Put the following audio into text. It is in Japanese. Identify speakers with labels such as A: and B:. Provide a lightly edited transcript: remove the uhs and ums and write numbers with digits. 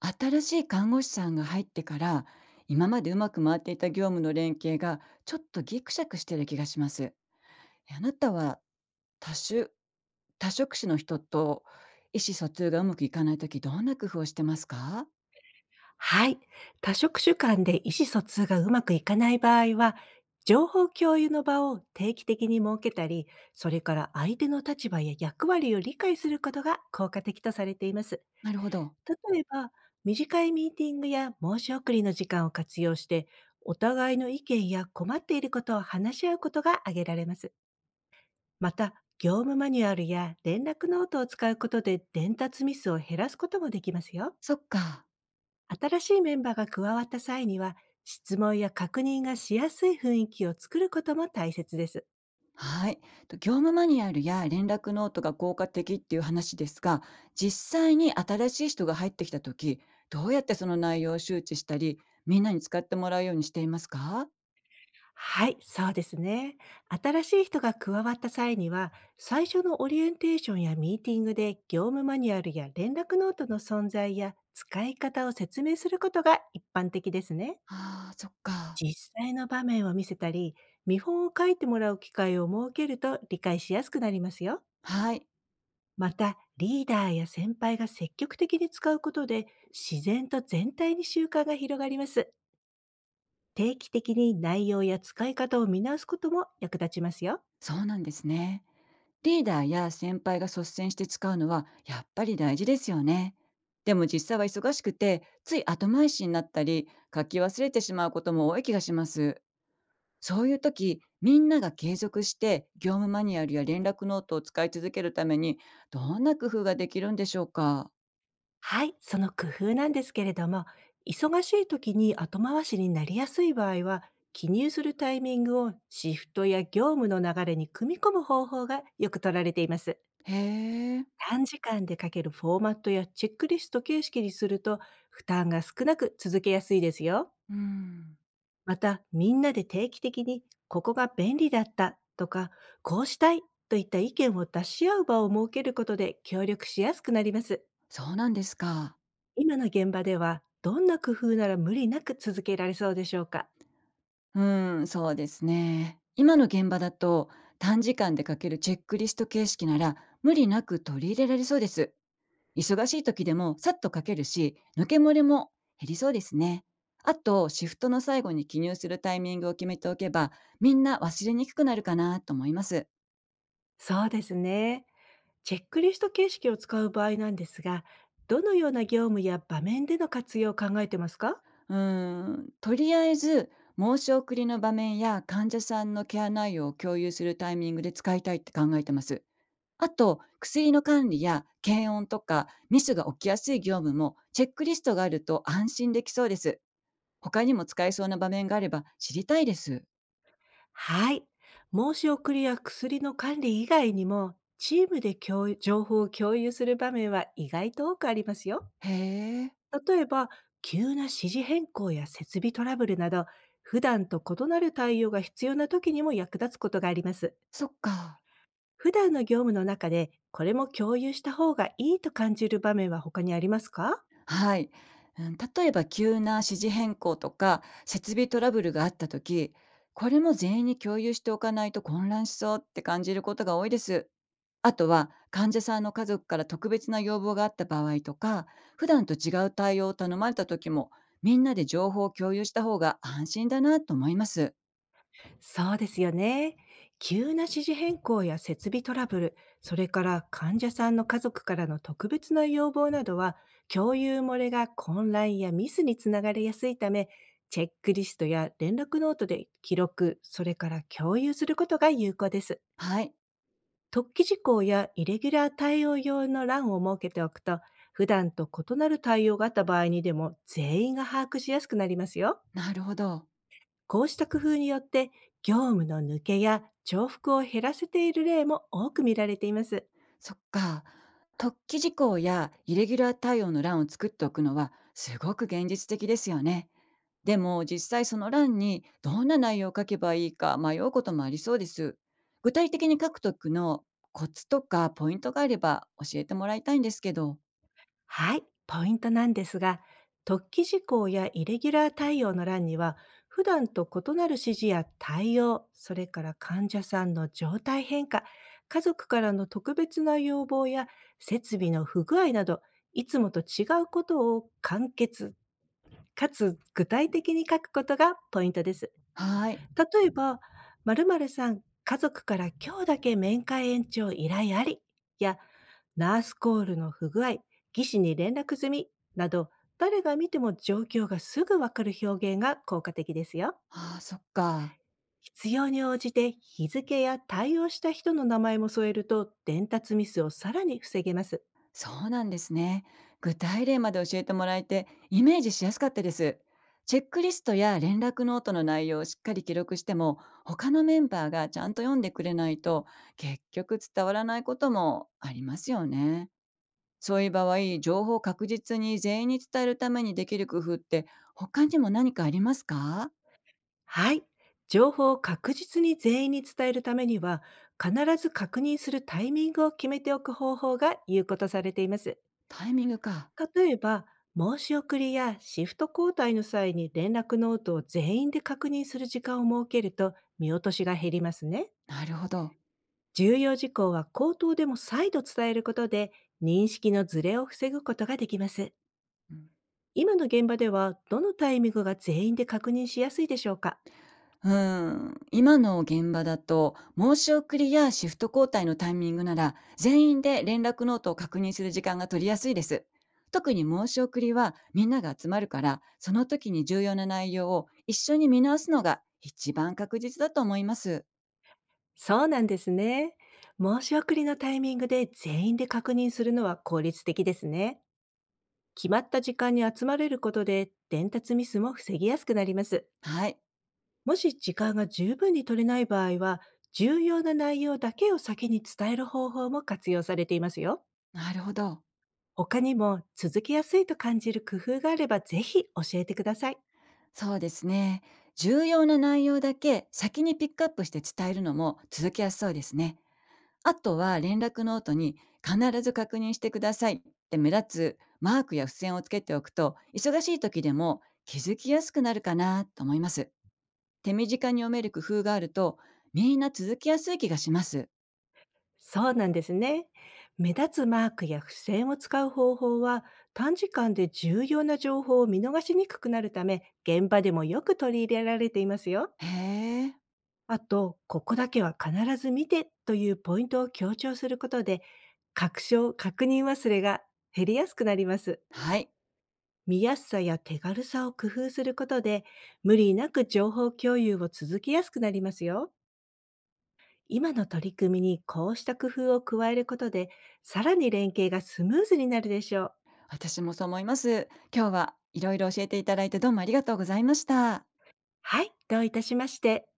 A: 新しい看護師さんが入ってから、今までうまく回っていた業務の連携がちょっとギクシャクしてる気がします。あなたは多種、多職種の人と意思疎通がうまくいかないとき、どんな工夫をしてますか？
B: はい。多職種間で意思疎通がうまくいかない場合は、情報共有の場を定期的に設けたり、それから相手の立場や役割を理解することが効果的とされています。
A: なるほど。
B: 例えば、短いミーティングや申し送りの時間を活用して、お互いの意見や困っていることを話し合うことが挙げられます。また、業務マニュアルや連絡ノートを使うことで伝達ミスを減らすこともできますよ。
A: そっか。
B: 新しいメンバーが加わった際には、質問や確認がしやすい雰囲気を作ることも大切です。
A: はい。と、業務マニュアルや連絡ノートが効果的っていう話ですが、実際に新しい人が入ってきたとき、どうやってその内容を周知したり、みんなに使ってもらうようにしていますか？
B: はい、そうですね。新しい人が加わった際には、最初のオリエンテーションやミーティングで業務マニュアルや連絡ノートの存在や使い方を説明することが一般的ですね。
A: ああー、そっか。
B: 実際の場面を見せたり、見本を書いてもらう機会を設けると理解しやすくなりますよ。
A: はい、
B: また、リーダーや先輩が積極的に使うことで、自然と全体に習慣が広がります。定期的に内容や使い方を見直すことも役立ちますよ。
A: そうなんですね。リーダーや先輩が率先して使うのはやっぱり大事ですよね。でも実際は忙しくて、つい後回しになったり、書き忘れてしまうことも多い気がします。そういう時、みんなが継続して業務マニュアルや連絡ノートを使い続けるために、どんな工夫ができるんでしょうか。
B: はい、その工夫なんですけれども、忙しい時に後回しになりやすい場合は、記入するタイミングをシフトや業務の流れに組み込む方法がよく取られています。
A: へえ、
B: 短時間で書けるフォーマットやチェックリスト形式にすると、負担が少なく続けやすいですよ。
A: うん、
B: また、みんなで定期的に、ここが便利だったとか、こうしたいといった意見を出し合う場を設けることで協力しやすくなります。
A: そうなんですか。
B: 今の現場では、どんな工夫なら無理なく続けられそうでしょうか？
A: そうですね。今の現場だと、短時間で書けるチェックリスト形式なら無理なく取り入れられそうです。忙しい時でもさっと書けるし、抜け漏れも減りそうですね。あと、シフトの最後に記入するタイミングを決めておけば、みんな忘れにくくなるかなと思います。
B: そうですね。チェックリスト形式を使う場合なんですが、どのような業務や場面での活用を考えてますか？
A: とりあえず、申し送りの場面や患者さんのケア内容を共有するタイミングで使いたいって考えてます。あと、薬の管理や検温とか、ミスが起きやすい業務もチェックリストがあると安心できそうです。他にも使えそうな場面があれば知りたいです。
B: はい。申し送りや薬の管理以外にも、チームで共有情報を共有する場面は意外と多くありますよ。
A: へえ、
B: 例えば、急な指示変更や設備トラブルなど、普段と異なる対応が必要な時にも役立つことがあります。
A: そっか。
B: 普段の業務の中で、これも共有した方がいいと感じる場面は他にありますか？
A: はい。うん、例えば急な指示変更とか設備トラブルがあった時、これも全員に共有しておかないと混乱しそうって感じることが多いです。あとは患者さんの家族から特別な要望があった場合とか、普段と違う対応を頼まれた時も、みんなで情報を共有した方が安心だなと思います。
B: そうですよね。急な指示変更や設備トラブル、それから患者さんの家族からの特別な要望などは、共有漏れが混乱やミスにつながりやすいため、チェックリストや連絡ノートで記録、それから共有することが有効です。
A: はい。
B: 特記事項やイレギュラー対応用の欄を設けておくと、普段と異なる対応があった場合にでも全員が把握しやすくなりますよ。
A: なるほど。
B: こうした工夫によって、業務の抜けや重複を減らせている例も多く見られています。
A: そっか。特記事項やイレギュラー対応の欄を作っておくのはすごく現実的ですよね。でも実際、その欄にどんな内容を書けばいいか迷うこともありそうです。具体的に書くときのコツとかポイントがあれば教えてもらいたいんですけど。
B: はい、ポイントなんですが、特記事項やイレギュラー対応の欄には、普段と異なる指示や対応、それから患者さんの状態変化、家族からの特別な要望や設備の不具合など、いつもと違うことを簡潔かつ具体的に書くことがポイントです。
A: はい。
B: 例えば、〇〇さん、家族から今日だけ面会延長依頼ありや、ナースコールの不具合、技師に連絡済みなど、誰が見ても状況がすぐわかる表現が効果的ですよ。
A: ああ、そっか。
B: 必要に応じて日付や対応した人の名前も添えると伝達ミスをさらに防げます。
A: そうなんですね。具体例まで教えてもらえてイメージしやすかったです。チェックリストや連絡ノートの内容をしっかり記録しても、他のメンバーがちゃんと読んでくれないと結局伝わらないこともありますよね。そういう場合、情報を確実に全員に伝えるためにできる工夫って他にも何かありますか？
B: はい。情報を確実に全員に伝えるためには、必ず確認するタイミングを決めておく方法が有効とされています。
A: タイミングか。
B: 例えば、申し送りやシフト交代の際に連絡ノートを全員で確認する時間を設けると見落としが減りますね。
A: なるほど。
B: 重要事項は口頭でも再度伝えることで認識のズレを防ぐことができます。
A: うん。
B: 今の現場ではどのタイミングが全員で確認しやすいでしょうか？
A: 今の現場だと、申し送りやシフト交代のタイミングなら全員で連絡ノートを確認する時間が取りやすいです。特に申し送りはみんなが集まるから、その時に重要な内容を一緒に見直すのが一番確実だと思います。
B: そうなんですね。申し送りのタイミングで全員で確認するのは効率的ですね。決まった時間に集まれることで伝達ミスも防ぎやすくなります。
A: はい。
B: もし時間が十分に取れない場合は、重要な内容だけを先に伝える方法も活用されていますよ。
A: なるほど。
B: 他にも続けやすいと感じる工夫があればぜひ教えてください。
A: そうですね。重要な内容だけ先にピックアップして伝えるのも続きやすそうですね。あとは連絡ノートに「必ず確認してください」って目立つマークや付箋をつけておくと、忙しい時でも気づきやすくなるかなと思います。手短に読める工夫があると、みんな続きやすい気がします。
B: そうなんですね。目立つマークや付箋を使う方法は、短時間で重要な情報を見逃しにくくなるため、現場でもよく取り入れられていますよ。
A: へえ。
B: あと、ここだけは必ず見てというポイントを強調することで、確認忘れが減りやすくなります。
A: はい。
B: 見やすさや手軽さを工夫することで、無理なく情報共有を続けやすくなりますよ。今の取り組みにこうした工夫を加えることで、さらに連携がスムーズになるでしょう。
A: 私もそう思います。今日はいろいろ教えていただいて、どうもありがとうございました。
B: はい、どういたしまして。